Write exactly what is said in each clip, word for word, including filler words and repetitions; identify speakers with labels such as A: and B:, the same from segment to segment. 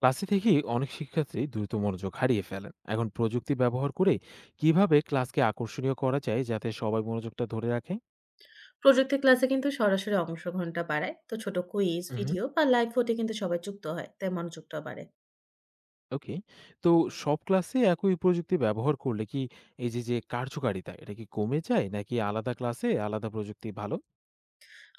A: ক্লাসে থেকেই অনেক শিক্ষার্থী দ্রুত মনোযোগ হারিয়ে ফেলেন। এখন প্রযুক্তি ব্যবহার করে কিভাবে ক্লাসকে আকর্ষণীয় করা যায়, যাতে সবাই মনোযোগটা ধরে রাখে?
B: প্রযুক্তি ক্লাসে কিন্তু সরাসরি অংশগ্রহণটা বাড়ায়। তো ছোট কুইজ,
A: হুম।
B: ভিডিও বা লাইভ ভোটে কিন্তু সবাই যুক্ত হয়, তাই মনোযোগটাও বাড়ে।
A: ওকে। তো সব ক্লাসে একই প্রযুক্তি ব্যবহার করলে কি এই যে যে কার্যকারিতা, এটা কি কমে যায়, নাকি আলাদা ক্লাসে আলাদা প্রযুক্তি ভালো?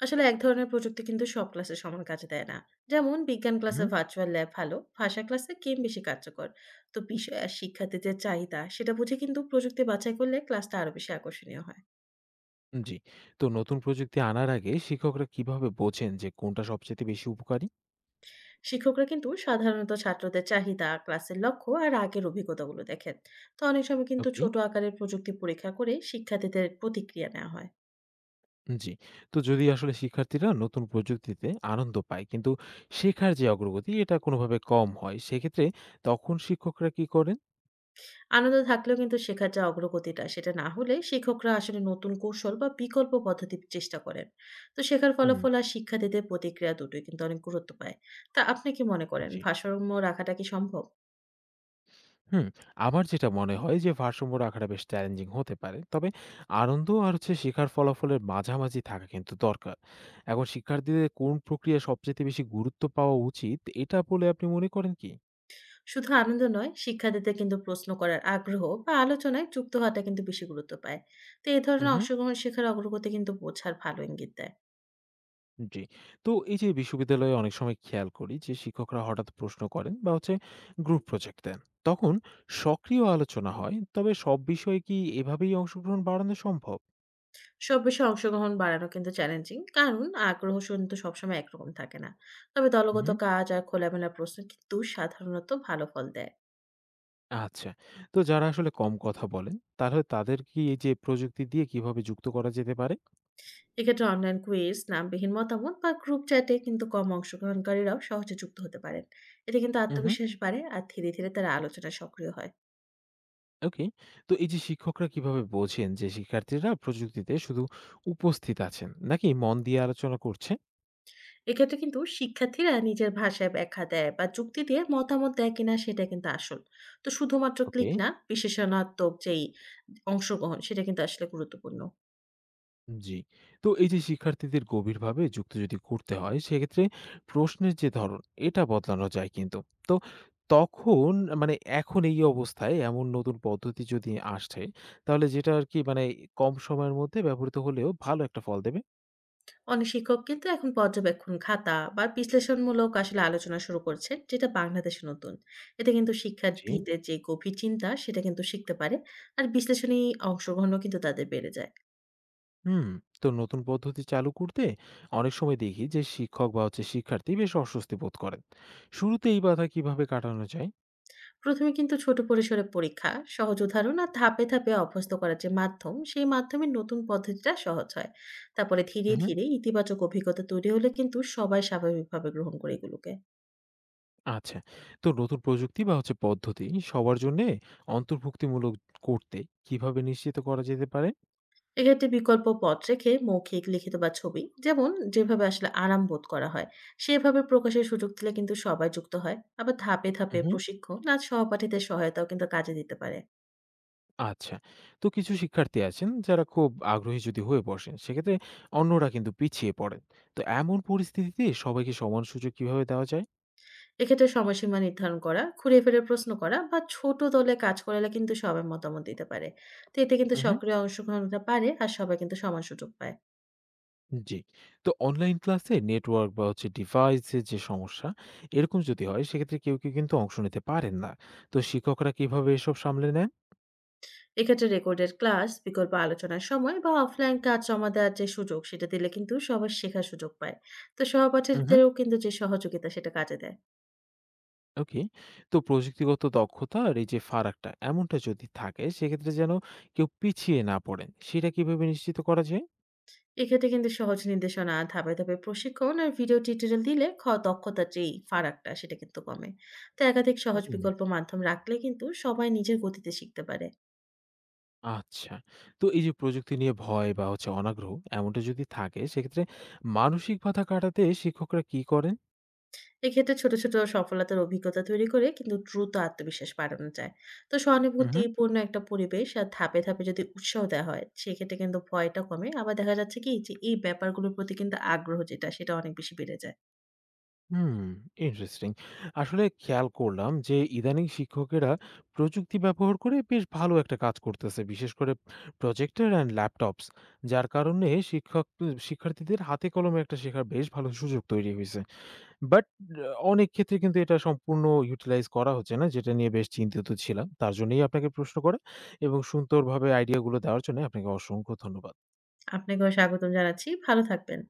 B: আসলে এক ধরনের প্রযুক্তি কিন্তু সব ক্লাসে সমান কাজে দেয় না। যেমন বিজ্ঞান ক্লাসে
A: হুম।
B: ভার্চুয়াল ল্যাব ভালো, ভাষা ক্লাসে গেম বেশি কার্যকর। তো বিষয় আর শিক্ষার্থীদের চাহিদা সেটা বুঝে কিন্তু প্রযুক্তি বাছাই করলে ক্লাসটা আরো বেশি আকর্ষণীয় হয়।
A: জি। তো নতুন প্রযুক্তি আনার আগে শিক্ষকরা কিভাবে বোঝেন যে কোনটা সবচেয়ে বেশি উপকারী?
B: শিক্ষকরা কিন্তু সাধারণত ছাত্রদের চাহিদা, ক্লাসের লক্ষ্য আর আগের অভিজ্ঞতাগুলো দেখেন। তো অনেক সময় কিন্তু
A: ওকে।
B: ছোট আকারের প্রযুক্তি পরীক্ষা করে শিক্ষার্থীদের প্রতিক্রিয়া নেওয়া হয়।
A: জি। তো যদি আসলে শিক্ষার্থীরা নতুন প্রযুক্তিতে আনন্দ পায়, কিন্তু শেখার যে অগ্রগতি এটা কোনোভাবে কম হয়, সেক্ষেত্রে তখন শিক্ষকরা কি করেন?
B: আনন্দ থাকলেও কিন্তু শেখার যে অগ্রগতিটা সেটা না হলে শিক্ষকরা আসলে নতুন কৌশল বা বিকল্প পদ্ধতি চেষ্টা করেন। তো শেখার
A: হুম।
B: ফলাফল আর শিক্ষার্থীদের প্রতিক্রিয়া দুটোই কিন্তু অনেক গুরুত্ব পায়। তা আপনি কি মনে করেন,
A: জি।
B: ভারসাম্য রাখাটা কি সম্ভব?
A: হুম, আমার যেটা মনে হয় যে ভারসাম্য রাখাটা বেশ চ্যালেঞ্জিং হতে পারে। তবে আনন্দ আর হচ্ছে শেখার ফলাফলের মাঝামাঝি থাকা কিন্তু দরকার। এখন শিক্ষার্থীদের কোন প্রক্রিয়া সবচাইতে বেশি গুরুত্ব পাওয়া উচিত, এটা বলে আপনি মনে করেন কি?
B: শুধু আনন্দ নয়, শিক্ষার্থীদের কিন্তু প্রশ্ন করার আগ্রহ বা আলোচনায় যুক্ত হওয়াটা কিন্তু বেশি গুরুত্ব পায়। তো এই ধরনের
A: উহু।
B: অংশগ্রহণ শেখার অগ্রগতি কিন্তু বোঝার ভালো ইঙ্গিত দেয়।
A: জি। তো এই যে বিশ্ববিদ্যালয়ে অনেক সময় খেয়াল করি যে শিক্ষকরা হঠাৎ প্রশ্ন করেন বা হচ্ছে গ্রুপ প্রজেক্ট দেন। তখন সক্রিয় আলোচনা হয়। তবে সব বিষয়ে কি এভাবেই অংশগ্রহণ বাড়ানো সম্ভব?
B: সব বিষয়ে অংশগ্রহণ বাড়ানো কিন্তু চ্যালেঞ্জিং, কারণ আগ্রহ কিন্তু সবসময় একরকম থাকে না। তবে দলগত
A: হুম।
B: কাজ আর খোলামেলা প্রশ্ন কিন্তু সাধারণত ভালো ফল দেয়।
A: আচ্ছা। তো যারা আসলে কম কথা বলেন, তাহলে তাদের কি এই যে প্রযুক্তি দিয়ে কিভাবে যুক্ত করা যেতে পারে?
B: এক্ষেত্রে অনলাইন কুইজ, নামবিহীন মতামত বা গ্রুপ চ্যাটে কিন্তু কম অংশগ্রহণকারীরাও সহজে যুক্ত হতে পারেন। এতে কিন্তু
A: হুম।
B: আত্মবিশ্বাস বাড়ে আর ধীরে ধীরে তারা আলোচনা সক্রিয় হয়।
A: ওকে। তো এই যে শিক্ষকরা কিভাবে বোঝেন যে শিক্ষার্থীরা প্রযুক্তিতে শুধু উপস্থিত আছেন নাকি মন দিয়ে আলোচনা করছে?
B: এক্ষেত্রে কিন্তু শিক্ষার্থীরা নিজের ভাষায় ব্যাখ্যা দেয় বা যুক্তি দিয়ে মতামত দেয় কিনা সেটা কিন্তু আসল। তো শুধুমাত্র
A: ওকে।
B: ক্লিক না, বিশেষণাত্মক যেই অংশগ্রহণ সেটা কিন্তু আসলে গুরুত্বপূর্ণ।
A: জি। তো এই যে শিক্ষার্থীদের গভীরভাবে যুক্ত যদি করতে হয়, সেক্ষেত্রে প্রশ্নের যে ধরন এটা বদলানো যায় কিন্তু। তো তখন মানে এখন এই অবস্থায় এমন নতুন পদ্ধতি যদি আসছে, তাহলে যেটা আর কি মানে কম সময়ের মধ্যে ব্যবহৃত হলেও ভালো একটা ফল দেবে।
B: অনেক শিক্ষক কিন্তু এখন পর্যবেক্ষণ খাতা বা বিশ্লেষণমূলক আসলে আলোচনা শুরু করছেন, যেটা বাংলাদেশে নতুন। এতে কিন্তু
A: জি।
B: শিক্ষার্থীদের যে গভীর চিন্তা সেটা কিন্তু শিখতে পারে আর বিশ্লেষণী অংশগ্রহণও কিন্তু তাদের বেড়ে যায়।
A: হুম। তো নতুন পদ্ধতি চালু করতে অনেক সময় দেখি যে শিক্ষক বা হচ্ছে শিক্ষার্থী বেশ অস্বস্তি বোধ করেন। শুরুতে এই বাধা কিভাবে কাটানো যায়?
B: প্রথমে কিন্তু ছোট পরিসরে পরীক্ষা, সহজ উদাহরণ আর ধাপে ধাপে অভ্যস্ত করার যে মাধ্যম, সেই মাধ্যমে নতুন পদ্ধতিটা সহজ হয়। তারপরে ধীরে ধীরে ইতিবাচক অভিজ্ঞতা তৈরি হলে কিন্তু সবাই স্বাভাবিকভাবে গ্রহণ করে এগুলোকে।
A: আচ্ছা। তো নতুন প্রযুক্তি বা হচ্ছে পদ্ধতি সবার জন্যে অন্তর্ভুক্তিমূলক করতে কিভাবে নিশ্চিত করা যেতে পারে?
B: এক্ষেত্রে বিকল্প পথ রেখে মৌখিক, লিখিত বা ছবি, যেমন যেভাবে আসলে আরাম বোধ করা হয় সেভাবে প্রকাশের সুযোগ দিলে কিন্তু সবাই যুক্ত হয়। আবার ধাপে
A: হু,
B: ধাপে
A: হু।
B: প্রশিক্ষণ আর সহপাঠীদের সহায়তাও কিন্তু কাজে দিতে পারে।
A: আচ্ছা। তো কিছু শিক্ষার্থী আছেন যারা খুব আগ্রহী যদি হয়ে বসেন, সেক্ষেত্রে অন্যরা কিন্তু পিছিয়ে পড়েন। তো এমন পরিস্থিতিতে সবাইকে সমান সুযোগ কিভাবে দেওয়া যায়?
B: এক্ষেত্রে সময়সীমা নির্ধারণ করা, ঘুরে ফিরে প্রশ্ন করা বা ছোট দলে কাজ করালে কিন্তু সবাই মতামত দিতে পারে। তো এতে কিন্তু
A: উহু,
B: সক্রিয় অংশগ্রহণটা পারে আর সবাই কিন্তু সমান সুযোগ পায়।
A: জি। তো অনলাইন ক্লাসে নেটওয়ার্ক বা হচ্ছে ডিভাইসের যে সমস্যা, এরকম যদি হয় সেক্ষেত্রে কেউ, কেউ কিন্তু অংশ নিতে পারেন না। তো শিক্ষকরা কিভাবে এসব সামলে নেন?
B: এক্ষেত্রে রেকর্ডেড ক্লাস, বিকল্প আলোচনার সময় বা অফলাইন কাজ জমা দেওয়ার যে সুযোগ সেটা দিলে কিন্তু সবাই শেখার সুযোগ পায়। তো
A: উহু।
B: সহপাঠীদেরও কিন্তু যে সহযোগিতা সেটা কাজে দেয়।
A: ওকে। তো প্রযুক্তিগত দক্ষতা আর এই যে ফারাকটা, এমনটা যদি থাকে সেক্ষেত্রে যেন কেউ পিছিয়ে না পড়েন, সেটা কিভাবে নিশ্চিত করা যায়?
B: এক্ষেত্রে কিন্তু সহজ নির্দেশনা, ধাপে ধাপে প্রশিক্ষণ আর ভিডিও টিউটোরিয়াল দিলে খ দক্ষতার যেই ফারাকটা সেটা কিন্তু কমে। তো একাধিক সহজ
A: হুম।
B: বিকল্প মাধ্যম রাখলে কিন্তু সবাই নিজের গতিতে শিখতে পারে।
A: আচ্ছা। তো এই যে প্রযুক্তি নিয়ে ভয় বা হচ্ছে অনাগ্রহ, এমনটা যদি থাকে সেক্ষেত্রে মানসিক বাধা কাটাতে শিক্ষকরা কি করেন?
B: এক্ষেত্রে ছোট ছোট সফলতার অভিজ্ঞতা তৈরি করে কিন্তু দ্রুত আত্মবিশ্বাস বাড়ানো যায়। তো সহানুভূতিপূর্ণ একটা পরিবেশ আর ধাপে ধাপে যদি উৎসাহ দেওয়া হয়, সেক্ষেত্রে কিন্তু ভয়টা কমে। আবার দেখা যাচ্ছে কি যে এই ব্যাপারগুলোর প্রতি কিন্তু আগ্রহ যেটা সেটা অনেক বেশি বেড়ে যায়।
A: হুম, ইন্টারেস্টিং। আসলে খেয়াল করলাম যে ইদানিং শিক্ষকেরা প্রযুক্তি ব্যবহার করে বেশ ভালো একটা কাজ করতেছে। বিশেষ করে প্রজেক্টর অ্যান্ড ল্যাপটপস। যার কারণে শিক্ষক শিক্ষার্থীদের হাতে কলমে একটা শেখার বেশ ভালো সুযোগ তৈরি হইছে। বাট অনেক ক্ষেত্রে কিন্তু এটা সম্পূর্ণ ইউটিলাইজ করা হচ্ছে না, যেটা নিয়ে বেশ চিন্তিত ছিলাম। তার জন্যই আপনাকে প্রশ্ন করা এবং সুন্দরভাবে আইডিয়াগুলো দেওয়ার জন্য আপনাকে অসংখ্য ধন্যবাদ।
B: আপনাকেও স্বাগতম জানাচ্ছি। ভালো থাকবেন।